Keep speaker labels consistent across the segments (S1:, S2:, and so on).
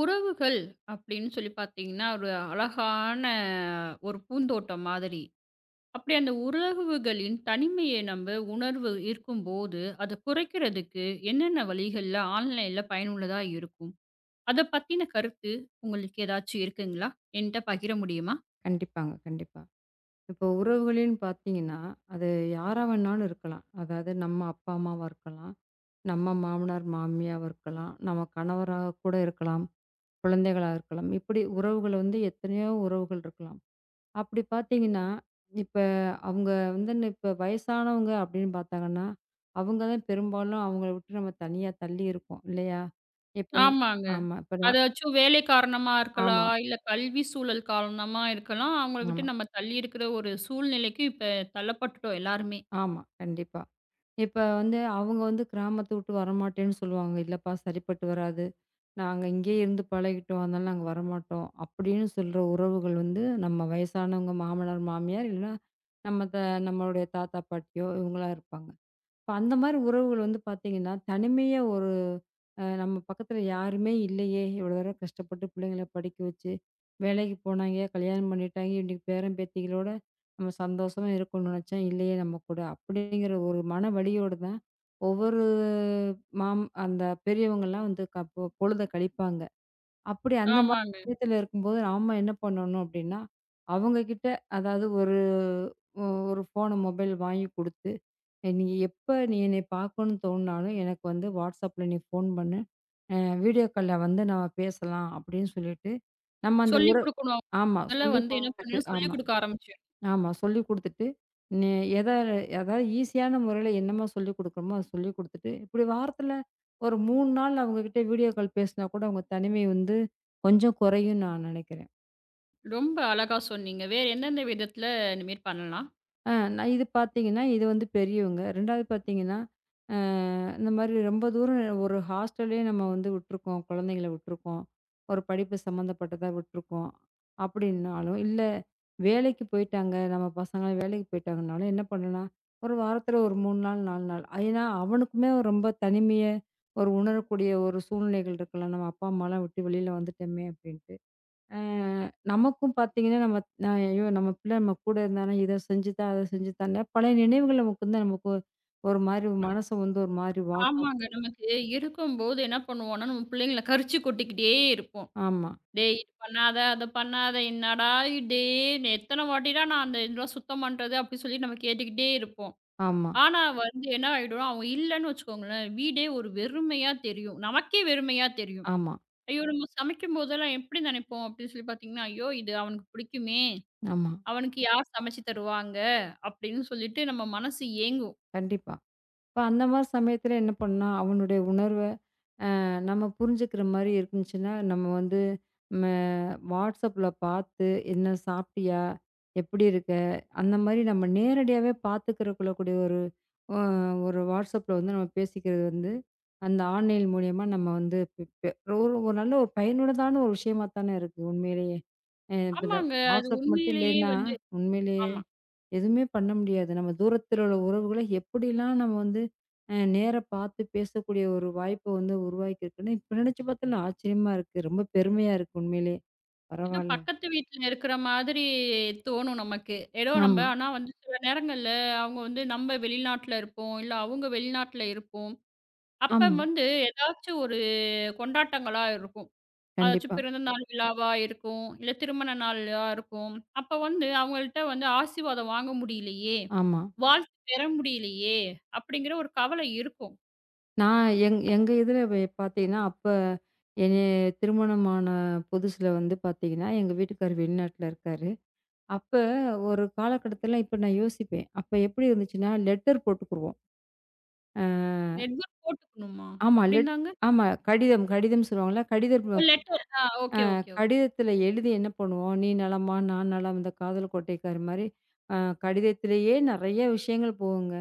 S1: உறவுகள் அப்படின்னு சொல்லி பார்த்தீங்கன்னா, ஒரு அழகான பூந்தோட்டம் மாதிரி. அப்படி அந்த உறவுகளின் தனிமையை நம்ம உணர்வு இருக்கும்போது, அத குறைக்கிறதுக்கு என்னென்ன வழிகள்ல ஆன்லைன்ல பயனுள்ளதா இருக்கும்? அத பத்தின கருத்து உங்களுக்கு ஏதாச்சும் இருக்குங்களா? என்ட்ட பகிர முடியுமா?
S2: கண்டிப்பாங்க, கண்டிப்பா. இப்போ உறவுகளின்னு பார்த்தீங்கன்னா, அது யாரா வேணாலும் இருக்கலாம். அதாவது நம்ம அப்பா, அம்மாவா இருக்கலாம். நம்ம மாமனார், மாமியாவா இருக்கலாம். நம்ம கணவரா கூட இருக்கலாம். குழந்தைகளா இருக்கலாம். இப்படி உறவுகள் வந்து எத்தனையோ உறவுகள் இருக்கலாம். அப்படி பார்த்தீங்கன்னா, இப்ப அவங்க வந்து இப்ப வயசானவங்க அப்படின்னு பார்த்தாங்கன்னா, அவங்க தான் பெரும்பாலும் அவங்கள விட்டு நம்ம தனியா தள்ளி இருக்கோம் இல்லையா? இப்ப
S1: ஆமாங்க.
S2: ஆமா. இப்ப நான்
S1: அதாச்சும் வேலை காரணமா
S2: ஆமா,
S1: இருக்கலாம், இல்ல கல்வி சூழல் காரணமா இருக்கலாம். அவங்கள விட்டு
S2: ஆமா.
S1: நம்ம தள்ளி இருக்கிற ஒரு சூழ்நிலைக்கு இப்ப தள்ளப்பட்டுட்டோம் எல்லாருமே.
S2: ஆமா. கண்டிப்பா. இப்ப வந்து அவங்க வந்து கிராமத்த விட்டு வரமாட்டேன்னு சொல்லுவாங்க. "இல்லப்பா சரிப்பட்டு வராது. நாங்க இங்கேயே இருந்து பழகிட்டோம். அதனால நாங்க வரமாட்டோம்." அப்படின்னு சொல்ற உறவுகள் வந்து நம்ம வயசானவங்க மாமனார், மாமியார் இல்லைன்னா நம்ம த நம்மளுடைய தாத்தா, பாட்டியோ இவங்களா இருப்பாங்க. இப்ப அந்த மாரி உறவுகள் வந்து பார்த்தீங்கன்னா, தனிமையா ஒரு நம்ம பக்கத்துல யாருமே இல்லையே! இவ்வளோ தூரம் கஷ்டப்பட்டு பிள்ளைங்கள படிக்க வச்சு, வேலைக்கு போனாங்க, கல்யாணம் பண்ணிட்டாங்க, இன்னைக்கு பேரன் பேத்திகளோட நம்ம சந்தோஷமா இருக்கணும்னு நெனச்சா, இல்லையே நம்ம கூட. அப்படிங்கிற ஒரு மன வலியோட தான் ஒவ்வொரு அந்த பெரியவங்கலாம் வந்து க பொ பொழுத கழிப்பாங்க. அப்படி அந்த மாதிரி
S1: ஆமாங்க.
S2: விஷயத்துல இருக்கும்போது நாம என்ன பண்ணணும் அப்படின்னா, அவங்க கிட்ட அதாவது ஒரு ஒ ஒரு ஃபோனு, மொபைல் வாங்கி குடுத்து, நீ எப்ப நீ என்னை பார்க்கணும்னு தோணுனாலும் எனக்கு வந்து WhatsAppல நீ ஃபோன் பண்ணு. அ வீடியோ கால்ல வந்து நம்ம பேசலாம்." அப்படின்னு சொல்லிட்டு, நம்ம அந்த
S1: சொல்லிக் குடுக்கணும்.
S2: ஆமா.
S1: முதல்ல
S2: சொல்லிக்
S1: வந்து என்ன
S2: குடுத்துட்டு
S1: பண்ணணும், சொல்லிக்
S2: ஆமா.
S1: குடுக்க ஆரம்பிச்சேன்.
S2: ஆமா. சொல்லிக் குடுத்துட்டு, நே எத அதாவது ஈஸியான முறையில என்னமா சொல்லிக் குடுக்குறோமோ, அத சொல்லிக் குடுத்துட்டு, இப்படி வாரத்துல ஒரு 3 நாள் அவங்க கிட்ட வீடியோ கால் பேசினா கூட அவங்க தனிமை வந்து கொஞ்சம் குறையும் நான் நெனைக்கிறேன்.
S1: ரொம்ப அழகா சொன்னீங்க. வேற எந்தெந்த விதத்துல இந்த மாரி பண்ணலாம்?
S2: நான் இது பார்த்தீங்கன்னா, இது வந்து பெரியவங்க. 2வது பார்த்தீங்கன்னா, அ இந்த மாரி ரொம்ப தூரம் ஒரு ஹாஸ்டல்லயே நம்ம வந்து விட்டுருக்கோம். குழந்தைங்கள விட்டுருக்கோம். ஒரு படிப்பு சம்மந்தப்பட்டதா விட்டுருக்கோம். அப்படின்னாலும், இல்ல வேலைக்கு போயிட்டாங்க, நம்ம பசங்க வேலைக்கு போயிட்டாங்கனாலும் என்ன பண்ணலாம்? ஒரு வாரத்தில ஒரு 3 நாள், 4 நாள். ஏன்னா, அவனுக்குமே ஒரு ரொம்ப தனிமைய ஒரு உணரக்கூடிய ஒரு சூழ்நிலைகள் இருக்கலாம். நம்ம அப்பா, அம்மாலாம் விட்டு வெளியில வந்துட்டோமே அப்படின்னு. அ நமக்கும் பார்த்தீங்கன்னா, நம்ம ஐயோ! நம்ம பிள்ளை நம்ம கூட இருந்தானா, இத செஞ்சுதா, அத செஞ்சுதான்னு பழைய நினைவுகள் நமக்கு வந்து நமக்கு ஒரு மாரி
S1: அ.
S2: மனச வந்து ஒரு மாரி வாட்டும்.
S1: ஆமாங்க. நமக்கு இருக்கும்போது என்ன பண்ணுவோம்னா, நம்ம பிள்ளைங்கள கரிச்சு கொட்டிக்கிட்டே இருப்போம்.
S2: ஆமா,
S1: "டேய்! இது பண்ணாத, அத பண்ணாத, என்னடா இது? எத்தன வாட்டிடா நான் அந்த இதெல்லாம் சுத்தம் பண்றது?" அப்படி சொல்லி நம்ம கேட்டுக்கிட்டே இருப்போம்.
S2: ஆமா,
S1: ஆனா வந்து என்ன ஆயிடும், அவங்க இல்லன்னு வச்சுக்கோங்களேன், வீடே ஒரு வெறுமையா தெரியும். நமக்கே வெறுமையா தெரியும்.
S2: ஆமா,
S1: ஐயோ! நம்ம சமைக்கும் போதெல்லாம் எப்படி நெனைப்போம் அப்படின்னு சொல்லி பார்த்தீங்கன்னா, "ஐயோ! இது அவனுக்கு பிடிக்குமே!"
S2: ஆமா.
S1: அவனுக்கு யார் சமைச்சு தருவாங்க? அப்படின்னு சொல்லிட்டு நம்ம மனசு ஏங்கும்.
S2: கண்டிப்பா. அப்ப அந்த மாரி சமயத்துல என்ன பண்ணா, அவனுடைய உணர்வ நம்ம புரிஞ்சுக்கிற மாரி இருந்துச்சுன்னா, நம்ம வந்து ம WhatsAppல பார்த்து, "என்ன சாப்பிட்டியா? எப்படி இருக்க?" அந்த மாரி நம்ம நேரடியாவே பார்த்துக்கிற கொள்ளக்கூடிய ஒரு அ ஒரு WhatsAppல வந்து நம்ம பேசிக்கிறது வந்து, அந்த ஆன்லைன் மூலியமா நம்ம வந்து பெ பெ ஒரு ஒரு நல்ல ஒரு பயனுள்ளதான ஒரு விஷயமா தானே இருக்கு உண்மையிலேயே. இப்ப இந்த
S1: ஆமாங்க. அது
S2: WhatsApp மட்டும்
S1: உண்மையிலேயே
S2: இல்லைன்னா,
S1: வந்து
S2: உண்மையிலேயே
S1: ஆமா.
S2: எதுவுமே பண்ண முடியாது. நம்ம தூரத்தில உள்ள உறவுகள எப்படிலாம் நம்ம வந்து நேரா பார்த்து பேசக்கூடிய ஒரு வாய்ப்ப வந்து உருவாக்கியிருக்குன்னு, இப்ப நினைச்சு பார்த்தா நான் ஆச்சரியமா இருக்கு. ரொம்ப பெருமையா இருக்கு உண்மையிலேயே.
S1: ஏதோ
S2: பரவால்ல.
S1: பக்கத்து வீட்ல இருக்கிற மாதிரி தோணும் நமக்கு. ஏதோ நம்ம
S2: ஆமா,
S1: ஆனா வந்து சில நேரங்கள்ல அவங்க வந்து நம்ம வெளிநாட்ல இருப்போம். இல்ல அவங்க வெளிநாட்ல இருப்போம். அப்ப
S2: ஆமா.
S1: வந்து ஏதாச்சும் ஒரு கொண்டாட்டங்களா இருக்கும். அதாச்சும்
S2: கண்டிப்பா.
S1: பிறந்த நாள் விழாவா இருக்கும். இல்ல திருமண நாளா இருக்கும். அப்ப வந்து அவங்கள்ட்ட வந்து ஆசீர்வாதம் வாங்க முடியலையே!
S2: ஆமா.
S1: வாழ்த்து பெற முடியலையே! அப்படிங்கிற ஒரு கவலை இருக்கும்.
S2: நான் எங்க இதுல பார்த்தீங்கன்னா, அப்ப என்னைய திருமணமான புதுசுல வந்து பார்த்தீங்கன்னா, எங்க வீட்டுக்காரர் வெளிநாட்ல இருக்காரு. அப்ப ஒரு காலகட்டத்தில இப்ப நான் யோசிப்பேன். அப்ப எப்படி இருந்துச்சுன்னா, லெட்டர் போட்டுக்குருவோம். அ
S1: நெட்வொர்க் போட்டுக்கணுமா?
S2: ஆமா
S1: அப்டின்னாங்க?
S2: ஆமா. கடிதம் கடிதம் சொல்லுவாங்கல்ல. கடிதம்
S1: ஓ லெட்டர். ஆ ஓகே, ஓகே, ஓகே.
S2: கடிதத்தில எழுதி என்ன பண்ணுவோம், "நீ நலமா? நான் நலம்." இந்த காதல் கோட்டைக்காரர் மாரி அ கடிதத்திலேயே நெறைய விஷயங்கள் போகுங்க.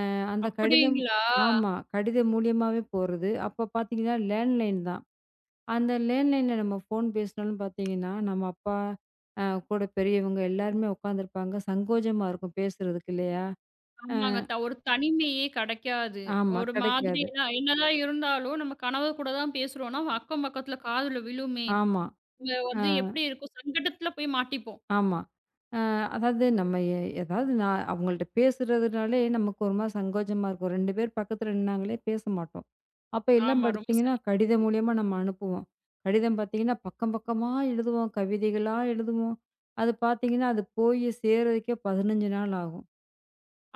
S2: அந்த கடிதம்
S1: அப்டிங்களா?
S2: ஆமா. கடிதம் மூலியமாவே போறது. அப்ப பார்த்தீங்கன்னா, லேண்ட்லைன் தான். அந்த லேண்ட்லைன்ல நம்ம ஃபோன் பேசினாலும் பார்த்தீங்கன்னா, நம்ம அப்பா அ கூட பெரியவங்க எல்லாருமே உட்காந்துருப்பாங்க. சங்கோஜமா இருக்கும் பேசுறதுக்கு இல்லையா? அ
S1: ஆமாங்க. ஒரு தனிமையே கிடைக்காது.
S2: ஆமா.
S1: ஒரு மாதிரி
S2: கிடைக்காது.
S1: ஏன்னா என்னதான் இருந்தாலும் நம்ம கணவர் கூட தான் பேசுறோம்னா, அக்கம் பக்கத்துல காதுல விழுமே.
S2: ஆமா.
S1: இங்க
S2: அ
S1: வந்து எப்டி இருக்கும்? சங்கடத்துல போய் மாட்டிப்போம்.
S2: ஆமா. அ அதாவது நம்ம ஏதாவது நான் அவங்கள்ட்ட பேசுறதுனாலே நமக்கு ஒரு மாரி சங்கோஜமா இருக்கும். 2 பேர் பக்கத்துல நின்னாங்களே பேச மாட்டோம். அப்ப எல்லாம்
S1: ஆமா. ரொம்ப
S2: பாத்தீங்கன்னா,
S1: சரியா
S2: கடிதம்
S1: சொன்னீங்க.
S2: மூலியமா நம்ம அனுப்புவோம். கடிதம் பாத்தீங்கன்னா, பக்கம் பக்கமா எழுதுவோம். கவிதைகளா எழுதுவோம். அது பாத்தீங்கன்னா, அது போய் சேர்றதுக்கே 15 நாள் ஆகும்.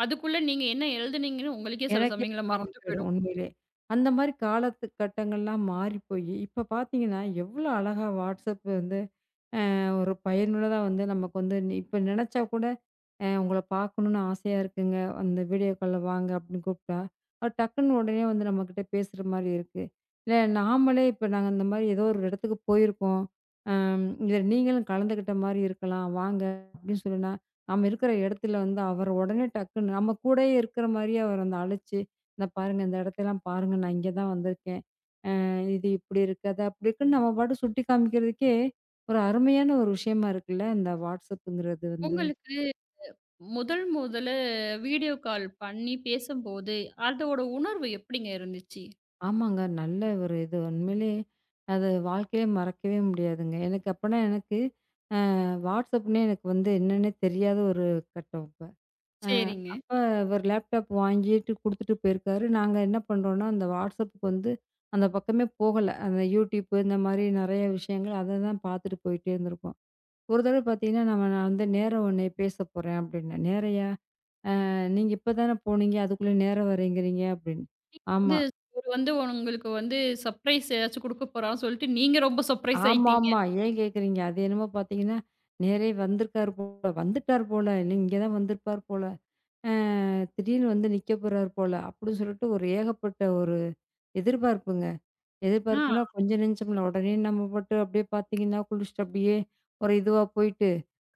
S1: அதுக்குள்ள நீங்க என்ன எழுதுனீங்கன்னு உங்களுக்கே சில
S2: எனக்கே
S1: சமயங்கள்ல
S2: மறந்து
S1: மறந்து
S2: போயிடும்
S1: போயிடும்.
S2: உண்மையிலே. அந்த மாரி காலத்து கட்டங்கள்லாம் மாறி போயி, இப்ப பாத்தீங்கன்னா, எவ்ளோ அழகா WhatsApp வந்து ஒரு பயனுள்ளதா வந்து நமக்கு வந்து இப்ப நினைச்சா கூட உங்கள பார்க்கணும்னு ஆசையா இருக்குங்க. அந்த வீடியோ கால்ல வாங்க அப்படின்னு கூப்பிட்டா, அது டக்குன்னு உடனே வந்து நம்மகிட்ட பேசுற மாரி இருக்கு. இல்ல நாமளே இப்ப நாங்க இந்த மாரி ஏதோ ஒரு இடத்துக்கு போயிருக்கோம். இதுல நீங்களும் கலந்துக்கிட்ட மாரி இருக்கலாம். வாங்க அப்படின்னு சொன்னா, நம்ம இருக்கிற இடத்துல வந்து அவர் உடனே டக்குன்னு நம்ம கூடயே இருக்கிற மாரியே அவர் வந்து அழைச்சு, இந்த பாருங்க இந்த இடத்தெல்லாம் பாருங்க. நான் இங்க தான் வந்திருக்கேன். இது இப்படி இருக்கு, அது அப்படி இருக்குன்னு நம்ம பாட்டுக்கு சுட்டி காமிக்கிறதுக்கே, ஒரு அருமையான ஒரு விஷயமா இருக்குல்ல, இந்த வாட்ஸ்அப்புங்கிறது வந்து.
S1: உங்களுக்கு முதல் முதல்ல வீடியோ கால் பண்ணி பேசும்போது, அதோட உணர்வு எப்டிங்க இருந்துச்சு?
S2: ஆமாங்க. நல்ல ஒரு இது உண்மையிலே அது வாழ்க்கையிலே மறக்கவே முடியாதுங்க. எனக்கு அப்பனா எனக்கு வாட்ஸ்அப்ன்னே எனக்கு வந்து என்னன்னே தெரியாத ஒரு கட்டம் அப்ப. அ
S1: சரிங்க.
S2: அப்ப இவர் லேப்டாப் வாங்கிட்டு குடுத்துட்டு போயிருக்காரு. நாங்க என்ன பண்றோம்னா, அந்த வாட்ஸ்அப்புக்கு வந்து அந்த பக்கமே போகல. அந்த யூடியூப் இந்த மாரி நெறைய விஷயங்கள் அத தான் பார்த்துட்டு போயிட்டே இருந்திருக்கோம். ஒரு தடவ பார்த்தீங்கன்னா, நான் வந்து நேரம் ஒண்ணு பேசப் போறேன் அப்படின்னேன். "நேரயா? நீங்க இப்ப தான போனீங்க, அதுக்குள்ள நேரம் வரேங்கிறீங்க" அப்படின்னு.
S1: வந்து
S2: ஆமா.
S1: இவரு வந்து உங்களுக்கு வந்து சர்ப்ரைஸ் ஏதாச்சும் குடுக்க போறான்னு சொல்லிட்டு, நீங்க ரொம்ப சர்ப்ரைஸ் ஆயிட்டீங்க.
S2: ஆமாமா. ஏன் கேட்குறீங்க? அது என்னமோ பார்த்தீங்கன்னா, "நேரே வந்திருக்காரு போல, வந்துட்டாரு போல, இல்ல இங்க தான் வந்திருப்பார் போல, அ திடீர்னு வந்து நிக்கப் போறாரு போல" அப்படின்னு சொல்லிட்டு ஒரு ஏகப்பட்ட ஒரு எதிர்பார்ப்புங்க.
S1: ஆ
S2: எதிர்பார்ப்புன்னா கொஞ்சம் நெஞ்சம் இல்ல. உடனே நம்ம பாட்டு அப்படியே பார்த்தீங்கன்னா, குளிச்சுட்டு அப்படியே ஒரு இதுவா போயிட்டு,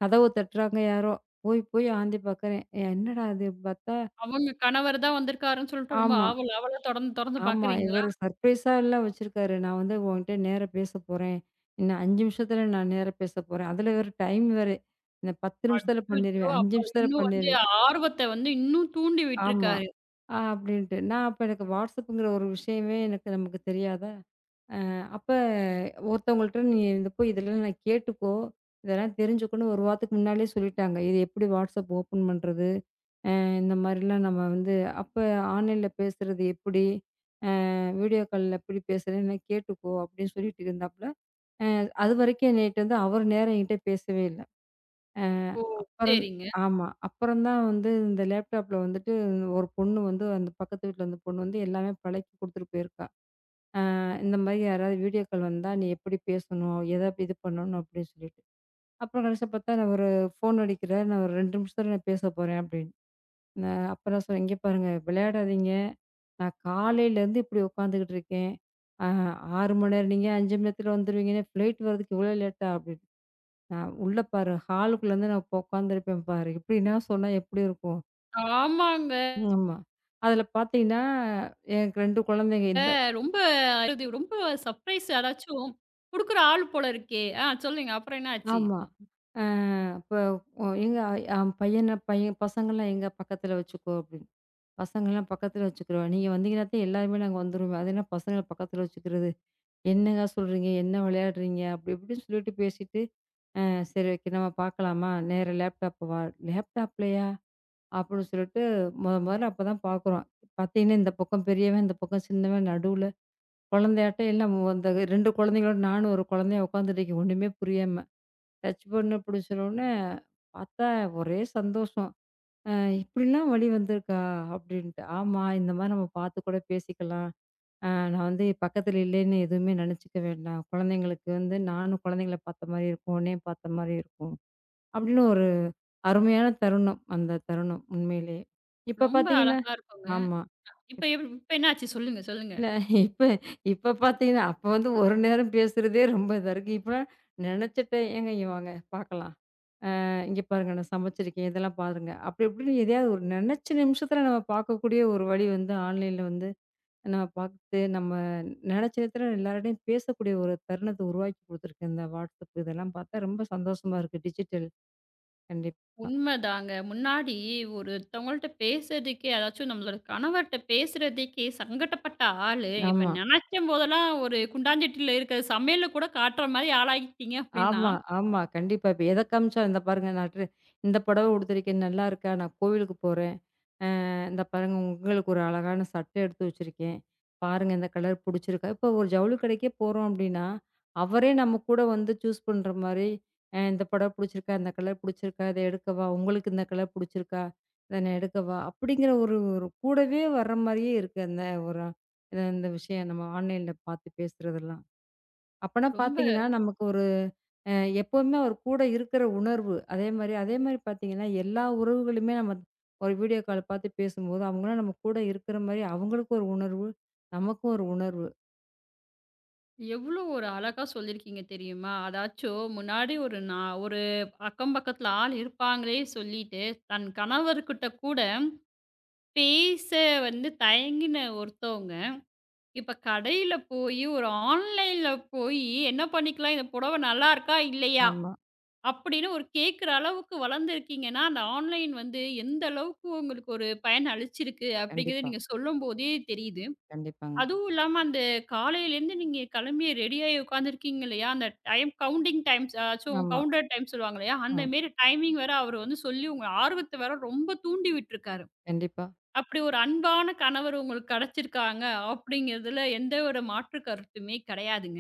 S2: கதவு தட்டுறாங்க யாரோ. போய் போய் ஆந்தி பார்க்குறேன். "என்னடா இது?" பார்த்தா
S1: அவங்க கணவர் தான் வந்திருக்காருன்னு சொல்லிட்டு ரொம்ப
S2: ஆமா,
S1: ஆவல் ஆவலா தொறந்து தொறந்து
S2: ஆமா.
S1: பார்க்குறீங்களா?
S2: இவரு சர்ப்ரைஸா எல்லாம் வச்சிருக்காரு. நான் வந்து உன்கிட்ட நேரா பேசப் போறேன். இன்னும் 5 நிமிஷத்துல நான் நேரா பேசப் போறேன். அதுல வேற டைம் வேற. இந்த 10 நிமிஷத்துல
S1: அச்சச்சோ!
S2: பண்ணிருவேன். 5
S1: அப்ப
S2: நிமிஷத்துல
S1: இன்னும் வந்து
S2: பண்ணிருவேன்.
S1: ஆர்வத்த வந்து இன்னும் தூண்டி
S2: ஆமா.
S1: விட்டுருக்காரு.
S2: அப்படின்ட்டு. நான் அப்ப எனக்கு வாட்ஸ்அப்ங்கிற ஒரு விஷயமே நமக்குத் தெரியாதா? அ அப்ப ஒருத்தவங்கள்ட்ட நீ இந்த போய் இதெல்லாம் நான் கேட்டுக்கோ. இதெல்லாம் தெரிஞ்சுக்கோன்னு ஒரு வாரத்துக்கு முன்னாலயே சொல்லிட்டாங்க. இது எப்படி வாட்ஸ்அப் ஓப்பன் பண்றது? இந்த மாரிலாம் நம்ம வந்து அப்ப ஆன்லைன்ல பேசுறது எப்படி? வீடியோ கால்ல எப்படி பேசுறேன்னு என்ன கேட்டுக்கோ அப்படின்னு சொல்லிட்டு இருந்தாப்புல. அதுவரைக்கும் என்கிட்ட வந்து அவர் நேரம் என்கிட்ட பேசவே இல்ல. அ
S1: ஓ!
S2: அப்புறம்
S1: சரிங்க.
S2: ஆமா. அப்புறம் தான் வந்து இந்த லேப்டாப்ல வந்துட்டு ஒரு பொண்ணு வந்து அந்த பக்கத்து வீட்ல இருந்த பொண்ணு வந்து எல்லாமே பழக்கி குடுத்துட்டு போயிருக்கா. இந்த மாரி யாராவது வீடியோ கால் வந்தா நீ எப்படி பேசணும்? எப்படி இது பண்ணணும்? அப்படின்னு சொல்லிட்டு. அப்புறம் கடைசியா பார்த்தா நான் ஒரு ஃபோன் அடிக்கிறார். நான் ஒரு 2 நிமிஷத்துல நான் பேச போறேன் அப்படின்னு. ந அப்ப நான் சொன்னேன், "இங்க பாருங்க விளையாடாதீங்க. நான் காலையிலேருந்து இப்படி உட்காந்துக்கிட்டு இருக்கேன். அ 6 மணி நேரம் நீங்க 5 மணி நேரத்துல வந்துருவீங்கன்னு ஃப்ளைட் வர்றதுக்கு இவ்வளோ லேட்டா?" அப்படின்னு. நான் "உள்ள பாரு ஹாலுக்குள்ளேருந்து நான் இப்ப உட்காந்துருப்பேன் பாரு." இப்படின்னா சொன்னா எப்படி இருக்கும்?
S1: ஆமாங்க.
S2: ஆமா. அதில பார்த்தீங்கன்னா, எனக்கு 2 குழந்தைங்க இந்த
S1: ரொம்ப இது ரொம்ப சர்ப்ரைஸ் யாராச்சும் குடுக்குற ஆள் போல இருக்கே! ஆ சொல்லுங்க. அப்புறம் என்ன ஆச்சு?
S2: ஆமா. அ அப்ப ஒ எங்க அ பையன பசங்கள்லாம் எங்க பக்கத்துல வச்சுக்கோ அப்படின்னு. பசங்கள்லாம் பக்கத்துல வச்சுக்கிறோம். நீங்க வந்தீங்கன்னா தான் எல்லாருமே நாங்க வந்துருவோம். அது என்ன பசங்கள பக்கத்துல வச்சுக்கிறது? என்னங்க சொல்றீங்க? என்ன விளையாடுறீங்க? அப்படி இப்படின்னு சொல்லிட்டு பேசிட்டு, அ சரி ஓகே நம்ம பார்க்கலாமா? நேரா லேப்டாப் லேப்டாப்லயா? அப்படின்னு சொல்லிட்டு மொதல்ல அப்பதான் பார்க்குறோம். பார்த்தீங்கன்னா, இந்த பக்கம் பெரியவன், இந்த பக்கம் சின்னவன் நடுவுல குழந்தையாட்டம் எல்லாம் அந்த 2 குழந்தைங்களோட நானும் ஒரு குழந்தையும் உட்காந்துட்டு இருக்கேன். ஒண்ணுமே புரியாம. டச் பண்ணு அப்படின்னு சொன்னோனே, பார்த்தா ஒரே சந்தோஷம். அ இப்படிலாம் வழி வந்திருக்கா? அப்படின்ட்டு. ஆமா, இந்த மாரி நம்ம பார்த்து கூட பேசிக்கலாம். நான் வந்து பக்கத்துல இல்லைன்னு எதுவுமே நெனச்சுக்க வேண்டாம். குழந்தைங்களுக்கு வந்து நானும் குழந்தைங்கள பார்த்த மாரி இருக்கும். உன்னையும் பார்த்த மாரி இருக்கும். அப்படின்னு ஒரு அருமையான தருணம். அந்த தருணம் உண்மையிலேயே. இப்ப
S1: ரொம்ப
S2: பார்த்தீங்கன்னா
S1: அழகா இருக்குங்க.
S2: ஆமா.
S1: இப்ப இப்ப என்ன ஆச்சு? சொல்லுங்க, சொல்லுங்க.
S2: இல்ல இப்ப இப்ப பார்த்தீங்கன்னா, அப்ப வந்து ஒரு நேரம் பேசுறதே ரொம்ப இதா இருக்கு. இப்பலாம் நெனச்சுட்டேன் ஏங்க இங்க வாங்க பார்க்கலாம். இங்க பாருங்க நான் சமைச்சிருக்கேன். இதெல்லாம் பாருங்க. அப்படி இப்படின்னு எதையாவது ஒரு நெனச்ச நிமிஷத்துல நம்ம பார்க்கக்கூடிய ஒரு வழி வந்து ஆன்லைன்ல வந்து நம்ம பார்த்து நம்ம நினைச்ச நேரத்துல எல்லாரோடையும் பேசக்கூடிய ஒரு தருணத்தை உருவாக்கி குடுத்துருக்கு இந்த WhatsApp இதெல்லாம் பார்த்தா ரொம்ப சந்தோஷமா இருக்கு டிஜிட்டல். கண்டிப்பா.
S1: உண்மைதாங்க. முன்னாடி ஒருத்தவங்கள்ட்ட பேசுறதுக்கே, அதாச்சும் நம்மளோட கணவர்ட்ட பேசுறதுக்கே சங்கட்டப்பட்ட ஆளு, இப்ப
S2: ஆமா.
S1: நெனைக்கும் போதெல்லாம் ஒரு குண்டாஞ்சட்டியில இருக்கிற சமையல்ல கூட காட்டுற மாரி ஆளாகிட்டீங்க அப்படின்னா,
S2: ஆமா, ஆமா. கண்டிப்பா. இப்ப எத காமிச்சா, இந்த பாருங்க நான் இந்த புடவ உடுத்திருக்கேன் நல்லாருக்கா? நான் கோவிலுக்கு போறேன். அ இந்த பாருங்க உங்களுக்கு ஒரு அழகான சட்டை எடுத்து வச்சிருக்கேன். பாருங்க இந்த கலர் புடிச்சிருக்கா? இப்போ ஒரு ஜவுளி கடைக்கே போறோம் அப்டின்னா, அவரே நம்ம கூட வந்து சூஸ் பண்ற மாரி, இந்த புடவ புடிச்சிருக்கா? இந்த கலர் புடிச்சிருக்கா? இத எடுக்கவா? உங்களுக்கு இந்த கலர் புடிச்சிருக்கா? இத நான் எடுக்கவா? அப்டிங்கிற ஒரு ஒரு கூடவே வர்ற மாரியே இருக்கு. அந்த ஒரு இந்த இந்த விஷயம் நம்ம ஆன்லைன்ல பார்த்து பேசுறதெல்லாம். அப்பன்னா
S1: ரொம்ப
S2: பார்த்தீங்கன்னா, நமக்கு ஒரு அ எப்பவுமே அவர் கூட இருக்கிற உணர்வு. அதே மாரி பார்த்தீங்கன்னா, எல்லா உறவுகளுமே நம்ம ஒரு வீடியோ கால் பார்த்து பேசும்போது, அவங்கலாம் நம்ம கூட இருக்கிற மாரி அவங்களுக்கும் ஒரு உணர்வு, நமக்கும் ஒரு உணர்வு.
S1: எவ்வளோ ஒரு அழகா சொல்லியிருக்கீங்க தெரியுமா? அதாச்சும் முன்னாடி ஒரு நான் ஒரு அக்கம் பக்கத்துல ஆள் இருப்பாங்களே சொல்லிட்டு, தன் கணவர்கிட்ட கூட பேச வந்து தயங்கின ஒருத்தவங்க, இப்ப கடையில போயி ஒரு ஆன்லைன்ல போயி என்ன பண்ணிக்கலாம்? இந்த புடவை நல்லாருக்கா? இல்லையா?
S2: ஆமா.
S1: அப்படின்னு ஒரு கேட்குற அளவுக்கு வளர்ந்துருக்கீங்கன்னா, அந்த ஆன்லைன் வந்து எந்த அளவுக்கு உங்களுக்கு ஒரு பயன் அளிச்சிருக்கு அப்படிங்கிறத
S2: கண்டிப்பா,
S1: நீங்க சொல்லும்போதே தெரியுது.
S2: கண்டிப்பாங்க.
S1: அதுவும் இல்லாம அந்த காலையிலேருந்து நீங்க கிளம்பி ரெடியாகி உட்காந்துருக்கீங்க இல்லையா? அந்த டைம் கவுண்டிங் டைம்ஸ் ஆச்சும்
S2: ஆமா.
S1: கவுண்டர் டைம் சொல்லுவாங்க இல்லையா? அந்த
S2: ஆ.
S1: மாரி டைமிங் வேற அவரு வந்து சொல்லி உங்க ஆர்வத்த வேற ரொம்ப தூண்டி விட்டுருக்காரு.
S2: கண்டிப்பா.
S1: அப்படி ஒரு அன்பான கணவர் உங்களுக்கு கிடைச்சிருக்காங்க அப்படிங்கிறதுல எந்த ஒரு மாற்று கருத்துமே கிடையாதுங்க.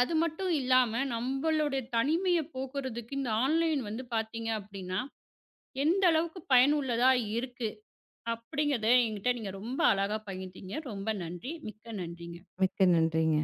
S1: அது மட்டும் இல்லாம, நம்பளுடைய தனிமைய போக்குறதுக்கு இந்த ஆன்லைன் வந்து பார்த்தீங்க அப்டின்னா, எந்த அளவுக்கு பயனுள்ளதா இருக்கு? அப்டிங்கிறத என்கிட்ட நீங்க ரொம்ப அழகா பகிர்ந்தீங்க. ரொம்ப நன்றி. மிக்க நன்றிங்க.
S2: மிக்க நன்றிங்க.